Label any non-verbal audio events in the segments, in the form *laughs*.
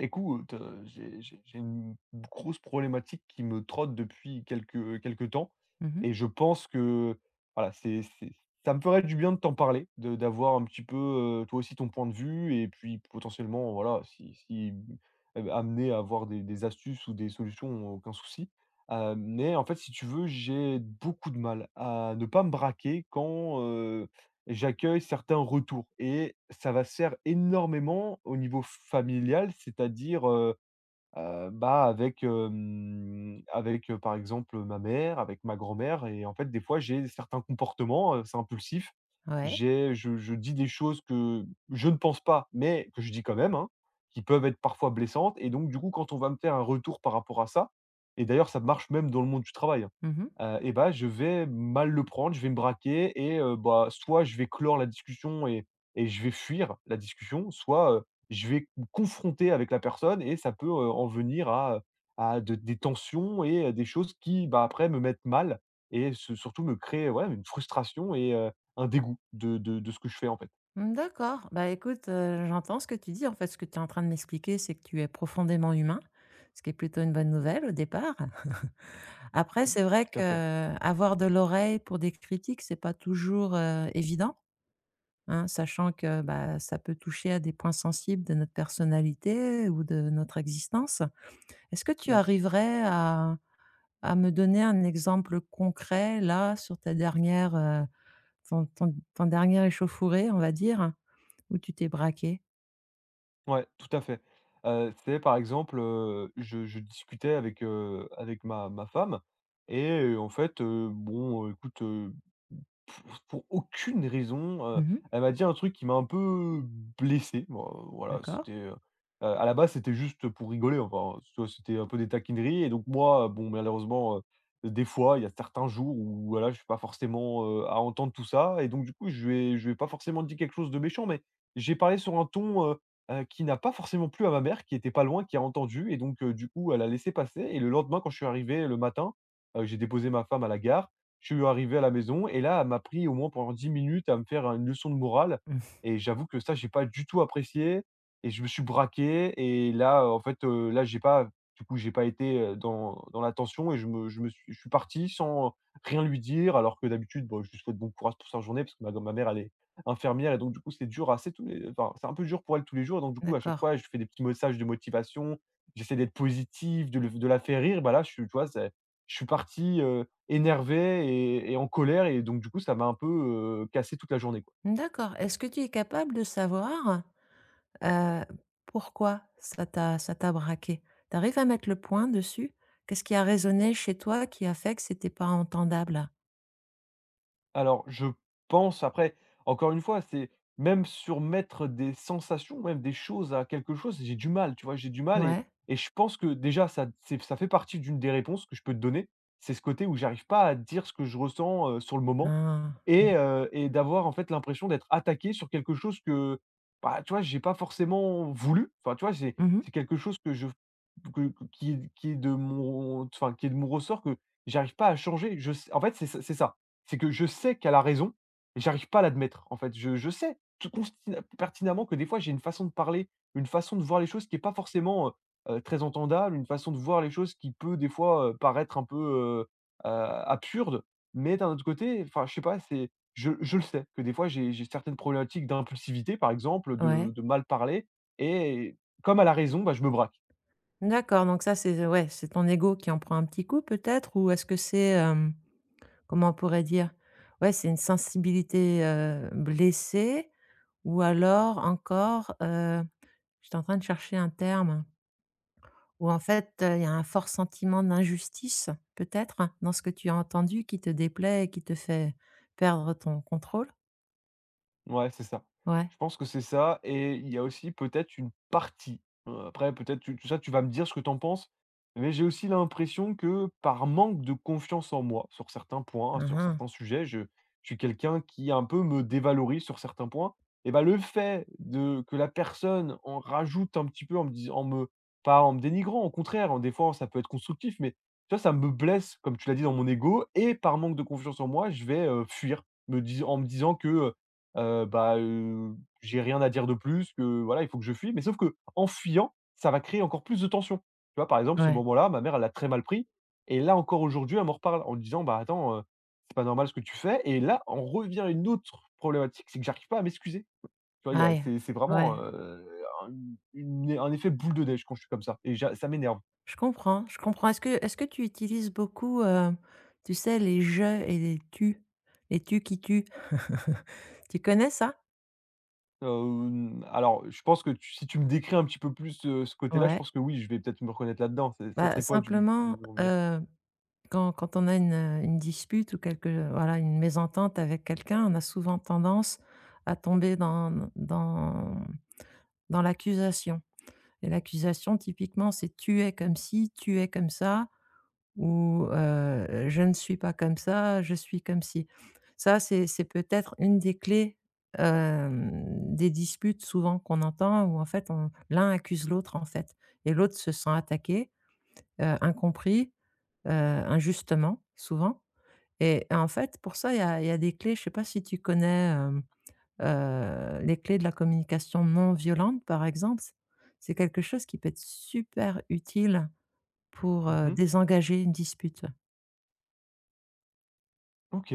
Écoute, j'ai une grosse problématique qui me trotte depuis quelque temps Mmh mh. et je pense que, voilà, c'est ça me ferait du bien de t'en parler, de d'avoir un petit peu, toi aussi ton point de vue et puis potentiellement, voilà, si, amené à avoir des astuces ou des solutions, aucun souci. Mais en fait, si tu veux, j'ai beaucoup de mal à ne pas me braquer quand, euh, j'accueille certains retours et ça va se faire énormément au niveau familial, c'est-à-dire, bah, avec, avec, par exemple, ma mère, avec ma grand-mère. Et en fait, des fois, j'ai certains comportements, c'est impulsif. Ouais. J'ai je dis des choses que je ne pense pas, mais que je dis quand même, hein, qui peuvent être parfois blessantes. Et donc du coup, quand on va me faire un retour par rapport à ça, et d'ailleurs, ça marche même dans le monde du travail, hein, Mmh mh. Et bah, je vais mal le prendre, je vais me braquer et bah, soit je vais clore la discussion et je vais fuir la discussion, soit je vais me confronter avec la personne et ça peut, en venir à de des tensions et des choses qui, bah, après me mettent mal et se surtout me créent, ouais, une frustration et un dégoût de ce que je fais, en fait. Mmh, d'accord. Bah, écoute, j'entends ce que tu dis. En fait, ce que tu es en train de m'expliquer, c'est que tu es profondément humain, ce qui est plutôt une bonne nouvelle au départ. *laughs* Après, Mmh, c'est vrai tout à fait. qu'avoir de l'oreille pour des critiques, c'est pas toujours, évident, hein, sachant que, bah, ça peut toucher à des points sensibles de notre personnalité ou de notre existence. Est-ce que tu Mmh, arriverais à me donner un exemple concret, là, sur ta dernière, ton dernier échauffourée, on va dire, où tu t'es braqué? ouais, tout à fait. C'est par exemple, je discutais avec, avec ma femme et en fait, bon, écoute, Pour aucune raison, Mmh. elle m'a dit un truc qui m'a un peu blessé. Bon, voilà, D'accord. c'était, à la base, c'était juste pour rigoler, enfin, tu vois? C'était un peu des taquineries. Et donc moi, bon, malheureusement, des fois, il y a certains jours où voilà, je suis pas forcément, à entendre tout ça et donc du coup, je vais pas forcément dit quelque chose de méchant, mais j'ai parlé sur un ton, qui n'a pas forcément plu à ma mère qui était pas loin, qui a entendu et donc du coup, elle a laissé passer. Et le lendemain, quand je suis arrivé le matin, j'ai déposé ma femme à la gare, je suis arrivé à la maison et là, elle m'a pris au moins pendant 10 minutes à me faire une leçon de morale. Mmh. Et j'avoue que ça, j'ai pas du tout apprécié et je me suis braqué. Et là, en fait, là, j'ai pas du coup, j'ai pas été, dans l'attention. Et je suis parti sans rien lui dire alors que d'habitude, bon, je lui souhaite bon courage pour sa journée parce que ma mère, elle est infirmière et donc du coup, c'est dur assez tous les enfin, c'est un peu dur pour elle tous les jours. Donc du coup, à chaque D'accord. fois, je fais des petits messages de motivation, j'essaie d'être positif, de la faire rire. Bah là, je suis tu vois, c'est je suis parti, énervé et en colère et donc du coup, ça m'a un peu, cassé toute la journée, quoi. D'accord. Est-ce que tu es capable de savoir, heu, pourquoi ça t'a braqué? Tu arrives à mettre le point dessus? Qu'est-ce qui a résonné chez toi qui a fait que c'était pas entendable? Alors, je pense après, encore une fois, c'est même surmettre des sensations, même des choses à quelque chose, j'ai du mal, tu vois? J'ai du mal et Ouais. Je pense que déjà ça c'est ça fait partie d'une des réponses que je peux te donner. C'est ce côté où j'arrive pas à dire ce que je ressens, sur le moment Ah, ouais. et d'avoir en fait l'impression d'être attaqué sur quelque chose que, bah, tu vois, j'ai pas forcément voulu. Enfin, tu vois, c'est Mmh. c'est quelque chose que je que qui est de mon enfin, qui est de mon ressort que j'arrive pas à changer. Je sais en fait, c'est ça. C'est que je sais qu'elle a raison et j'arrive pas à l'admettre, en fait. Je sais tout constina pertinemment que des fois, j'ai une façon de parler, une façon de voir les choses qui est pas forcément, très entendable, une façon de voir les choses qui peut des fois, paraître un peu, absurde. Mais d'un autre côté, enfin, je sais pas, c'est je le sais que des fois, j'ai certaines problématiques d'impulsivité, par exemple, Ouais. de mal parler. Et comme elle a raison, bah, je me braque. D'accord, donc ça c'est ouais, c'est ton ego qui en prend un petit coup peut-être ou est-ce que c'est, hem comment on pourrait dire? Ouais, c'est une sensibilité, blessée ou alors encore, j'étais en train de chercher un terme, où en fait, il y a un fort sentiment d'injustice peut-être, hein, dans ce que tu as entendu qui te déplaît et qui te fait perdre ton contrôle? Ouais, c'est ça. Ouais. Je pense que c'est ça et il y a aussi peut-être une partie, après peut-être tu tu ça, tu vas me dire ce que tu en penses, mais j'ai aussi l'impression que par manque de confiance en moi, sur certains points, hein, sur Mmh. certains sujets, je suis quelqu'un qui un peu me dévalorise sur certains points. Et bah, le fait de que la personne en rajoute un petit peu en me dis en me pas en me dénigrant, au contraire, hein, des fois ça peut être constructif, mais tu vois, ça me blesse, comme tu l'as dit, dans mon ego. Et par manque de confiance en moi, je vais, fuir, me dis en me disant que, Heu, bah, heu, j'ai rien à dire de plus que voilà, il faut que je fuis. Mais sauf que en fuyant, ça va créer encore plus de tension. Tu vois? Par exemple, ce Ouais. moment-là, ma mère, elle l'a très mal pris. Et là, encore aujourd'hui, elle m'en reparle en me disant: «Bah, attends, c'est pas normal ce que tu fais», et là, on revient à une autre problématique, c'est que j'arrive pas à m'excuser. Tu vois? Il y a Aïe. C'est vraiment, Ouais. Un un effet boule de neige quand je suis comme ça et j'a ça m'énerve. Je comprends, je comprends. Est-ce que tu utilises beaucoup, tu sais, les «je» et les «tu» qui tu. *laughs* Tu connais ça? Alors, je pense que tu si tu me décris un petit peu plus, ce côté-là, je Ouais. pense que oui, je vais peut-être me reconnaître là-dedans. C'est Ça Bah, serait quoi du tu simplement, veux en venir? Quand on a une dispute ou quelque voilà, une mésentente avec quelqu'un, on a souvent tendance à tomber dans dans l'accusation et l'accusation typiquement, c'est: «Tu es comme ci, tu es comme ça» ou «Je ne suis pas comme ça, je suis comme ci». Ça, c'est peut-être une des clés, hem, des disputes souvent qu'on entend où en fait on l'un accuse l'autre en fait et l'autre se sent attaqué, incompris, injustement, souvent et en fait, pour ça, il y a des clés. Je ne sais pas si tu connais, les clés de la communication non violente, par exemple. C'est quelque chose qui peut être super utile pour, Mmh. désengager une dispute. OK.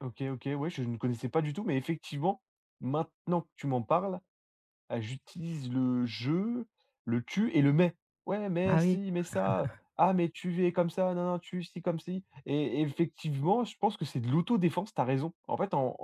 OK, OK, ouais, je ne connaissais pas du tout, mais effectivement, maintenant que tu m'en parles, j'utilise le «je», le «tu» et le «mais». «Ouais, mais Ah oui, si, mais ça, ah, mais tu es comme ça, non, non, tu si, comme si». Et effectivement, je pense que c'est de l'autodéfense, tu as raison. En fait, en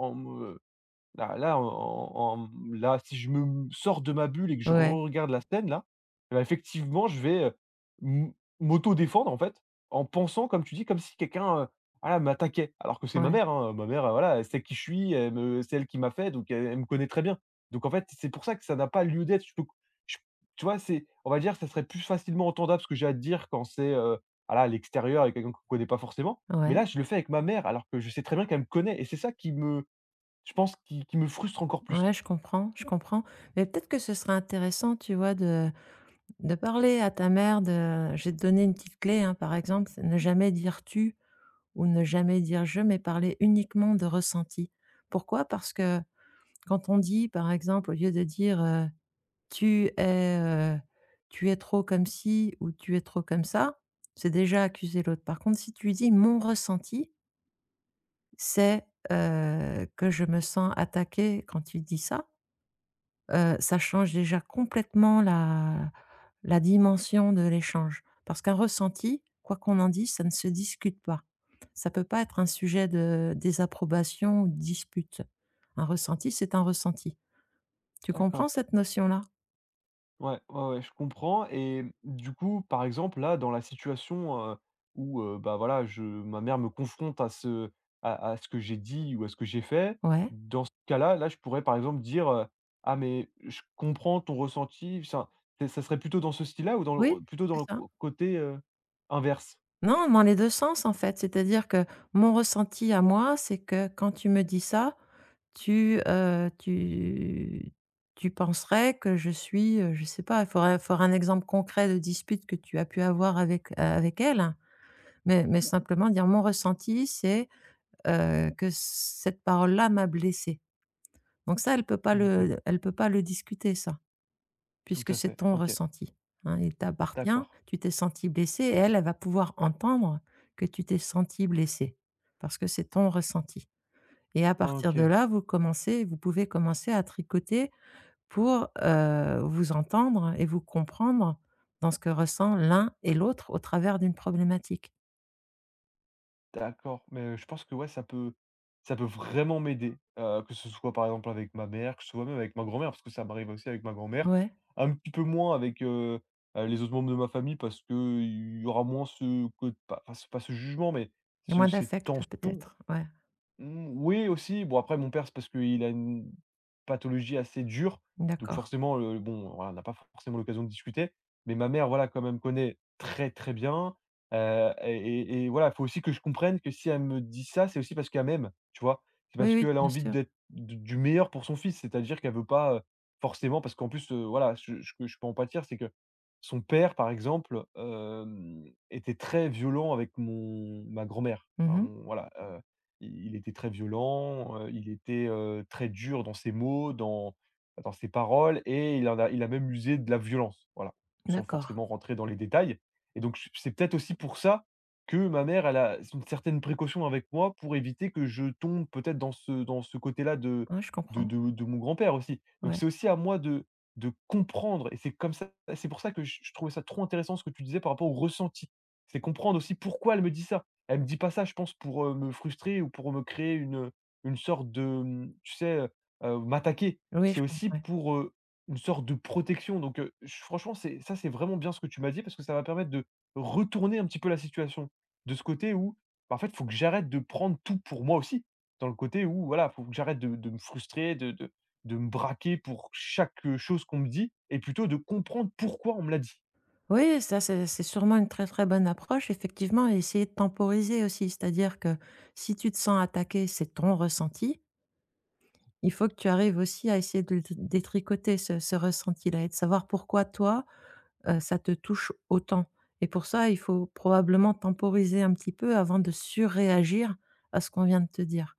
Là là, En là, si je me sors de ma bulle et que je ouais, regarde la scène là, bah, effectivement, je vais, m m'auto-défendre en fait, en pensant comme tu dis, comme si quelqu'un, voilà, m'attaquait. Alors que c'est ma ouais, mère, hein, ma mère, voilà, elle sait qui je suis, elle me c'est elle qui m'a fait, donc elle me connaît très bien. Donc en fait, c'est pour ça que ça n'a pas lieu d'être. Je peux je tu vois, c'est on va dire, ça serait plus facilement entendable ce que j'ai à te dire quand c'est, voilà, à l'extérieur avec quelqu'un qu'on ne connaît pas forcément. Mais ouais, là, je le fais avec ma mère alors que je sais très bien qu'elle me connaît et c'est ça qui me je pense qui me frustre encore ouais, plus. Je comprends, mais peut-être que ce serait intéressant, tu vois, de parler à ta mère de j'ai donné une petite clé, hein, par exemple, c'est ne jamais dire «tu» ou ne jamais dire «je», mais parler uniquement de ressenti. Pourquoi? Parce que quand on dit, par exemple, au lieu de dire, «Tu es, heu, tu es trop comme ci» ou «Tu es trop comme ça», c'est déjà accuser l'autre. Par contre, si tu dis: «Mon ressenti, c'est, que je me sens attaqué quand tu dis ça», ça change déjà complètement la dimension de l'échange. Parce qu'un ressenti, quoi qu'on en dise, ça ne se discute pas. Ça peut pas être un sujet de désapprobation ou de dispute. Un ressenti, c'est un ressenti. Tu comprends D'accord. cette notion-là? Ouais, ouais, ouais, je comprends. Et du coup, par exemple, là, dans la situation, où, bah, voilà, je ma mère me confronte à ce que j'ai dit ou à ce que j'ai fait, Ouais. dans ce cas-là, là, je pourrais, par exemple, dire, «Ah mais je comprends ton ressenti». Enfin, c'est ça serait plutôt dans ce style-là ou dans Oui, le plutôt dans c'est le ça. co côté, inverse? Non, dans les 2 sens, en fait. C'est-à-dire que mon ressenti à moi, c'est que quand tu me dis ça, tu, heu, tu tu penserais que je suis, je sais pas, il faudrait faire un exemple concret de dispute que tu as pu avoir avec, avec elle. Mais simplement dire: «Mon ressenti, c'est, que cette parole-là m'a blessée». Donc ça, OK, elle peut pas le discuter ça, tout puisque à c'est fait. ton OK, ressenti, hein, il t'appartient, d'accord. tu t'es senti blessé et elle, elle va pouvoir entendre que tu t'es senti blessé parce que c'est ton ressenti et à partir de OK. là, vous pouvez commencer à tricoter pour, vous entendre et vous comprendre dans ce que ressent l'un et l'autre au travers d'une problématique. D'accord, mais je pense que ouais, ça peut vraiment m'aider, que ce soit par exemple avec ma mère, que ce soit même avec ma grand-mère, parce que ça m'arrive aussi avec ma grand-mère. Ouais Un petit peu moins avec, les autres membres de ma famille parce que il y aura moins ce côt pas pas ce pas ce jugement, mais et ce moins ces d'affect tensions. peut-être, ouais. Mmh, oui aussi, bon après mon père c'est parce qu'il a une pathologie assez dure, donc D'accord. forcément, bon voilà, on n'a pas forcément l'occasion de discuter, mais ma mère voilà quand même connaît très, très bien, et voilà, il faut aussi que je comprenne que si elle me dit ça, c'est aussi parce qu'elle m'aime, tu vois? C'est Oui, parce oui, qu'elle a bien envie sûr. d'être du meilleur pour son fils, c'est-à-dire qu'elle veut pas, forcément parce qu'en plus, voilà, ce que je peux en pâtir, c'est que son père, par exemple, était très violent avec mon ma grand-mère, enfin Mmh. mon voilà, i il était très violent, il était, très dur dans ses mots, dans dans ses paroles et il a même usé de la violence, voilà, sans D'accord. forcément rentrer dans les détails. Et donc j c'est peut-être aussi pour ça que ma mère, elle a une certaine précaution avec moi pour éviter que je tombe peut-être dans ce côté-là Ouais, je comprends. De mon grand-père aussi. Donc Ouais. c'est aussi à moi de comprendre. Et c'est comme ça c'est pour ça que je trouvais ça trop intéressant ce que tu disais par rapport au ressenti. C'est comprendre aussi pourquoi elle me dit ça. Elle me dit pas ça, je pense, pour, me frustrer ou pour me créer une sorte de, mmh, tu sais, m'attaquer. Oui, C'est je aussi comprends, ouais. pour, une sorte de protection. Donc j franchement, c'est ça, c'est vraiment bien ce que tu m'as dit parce que ça va permettre de retourner un petit peu la situation. De ce côté où, bah, en fait, il faut que j'arrête de prendre tout pour moi aussi. Dans le côté où, voilà, faut que j'arrête de me frustrer, de me braquer pour chaque, chose qu'on me dit et plutôt de comprendre pourquoi on me l'a dit. Oui, ça, c'est sûrement une très, très bonne approche, effectivement, et essayer de temporiser aussi. C'est-à-dire que si tu te sens attaqué, c'est ton ressenti. Il faut que tu arrives aussi à essayer de le détricoter ce ressenti-là et de savoir pourquoi toi, ça te touche autant. Et pour ça, il faut probablement temporiser un petit peu avant de surréagir à ce qu'on vient de te dire.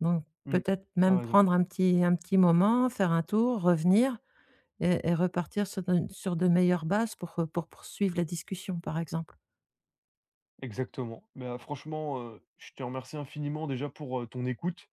Donc Mmh, peut-être tu même raison. prendre un petit moment, faire un tour, revenir et repartir sur de meilleures bases pour poursuivre la discussion, par exemple. Exactement. Bah, franchement, je te remercie infiniment déjà pour, ton écoute.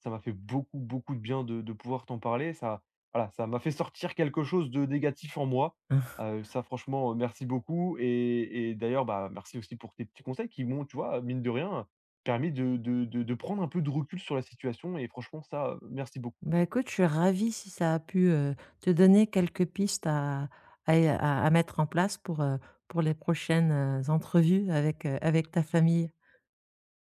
Ça m'a fait beaucoup, beaucoup de bien de pouvoir t'en parler. Ça Voilà, ça m'a fait sortir quelque chose de négatif en moi. Hein. Ça franchement, merci beaucoup. Et d'ailleurs, bah, merci aussi pour tes petits conseils qui m'ont, tu vois, mine de rien, permis de prendre un peu de recul sur la situation et franchement ça, merci beaucoup. Bah, écoute, je suis ravie si ça a pu, te donner quelques pistes à mettre en place pour les prochaines, entrevues avec, avec ta famille.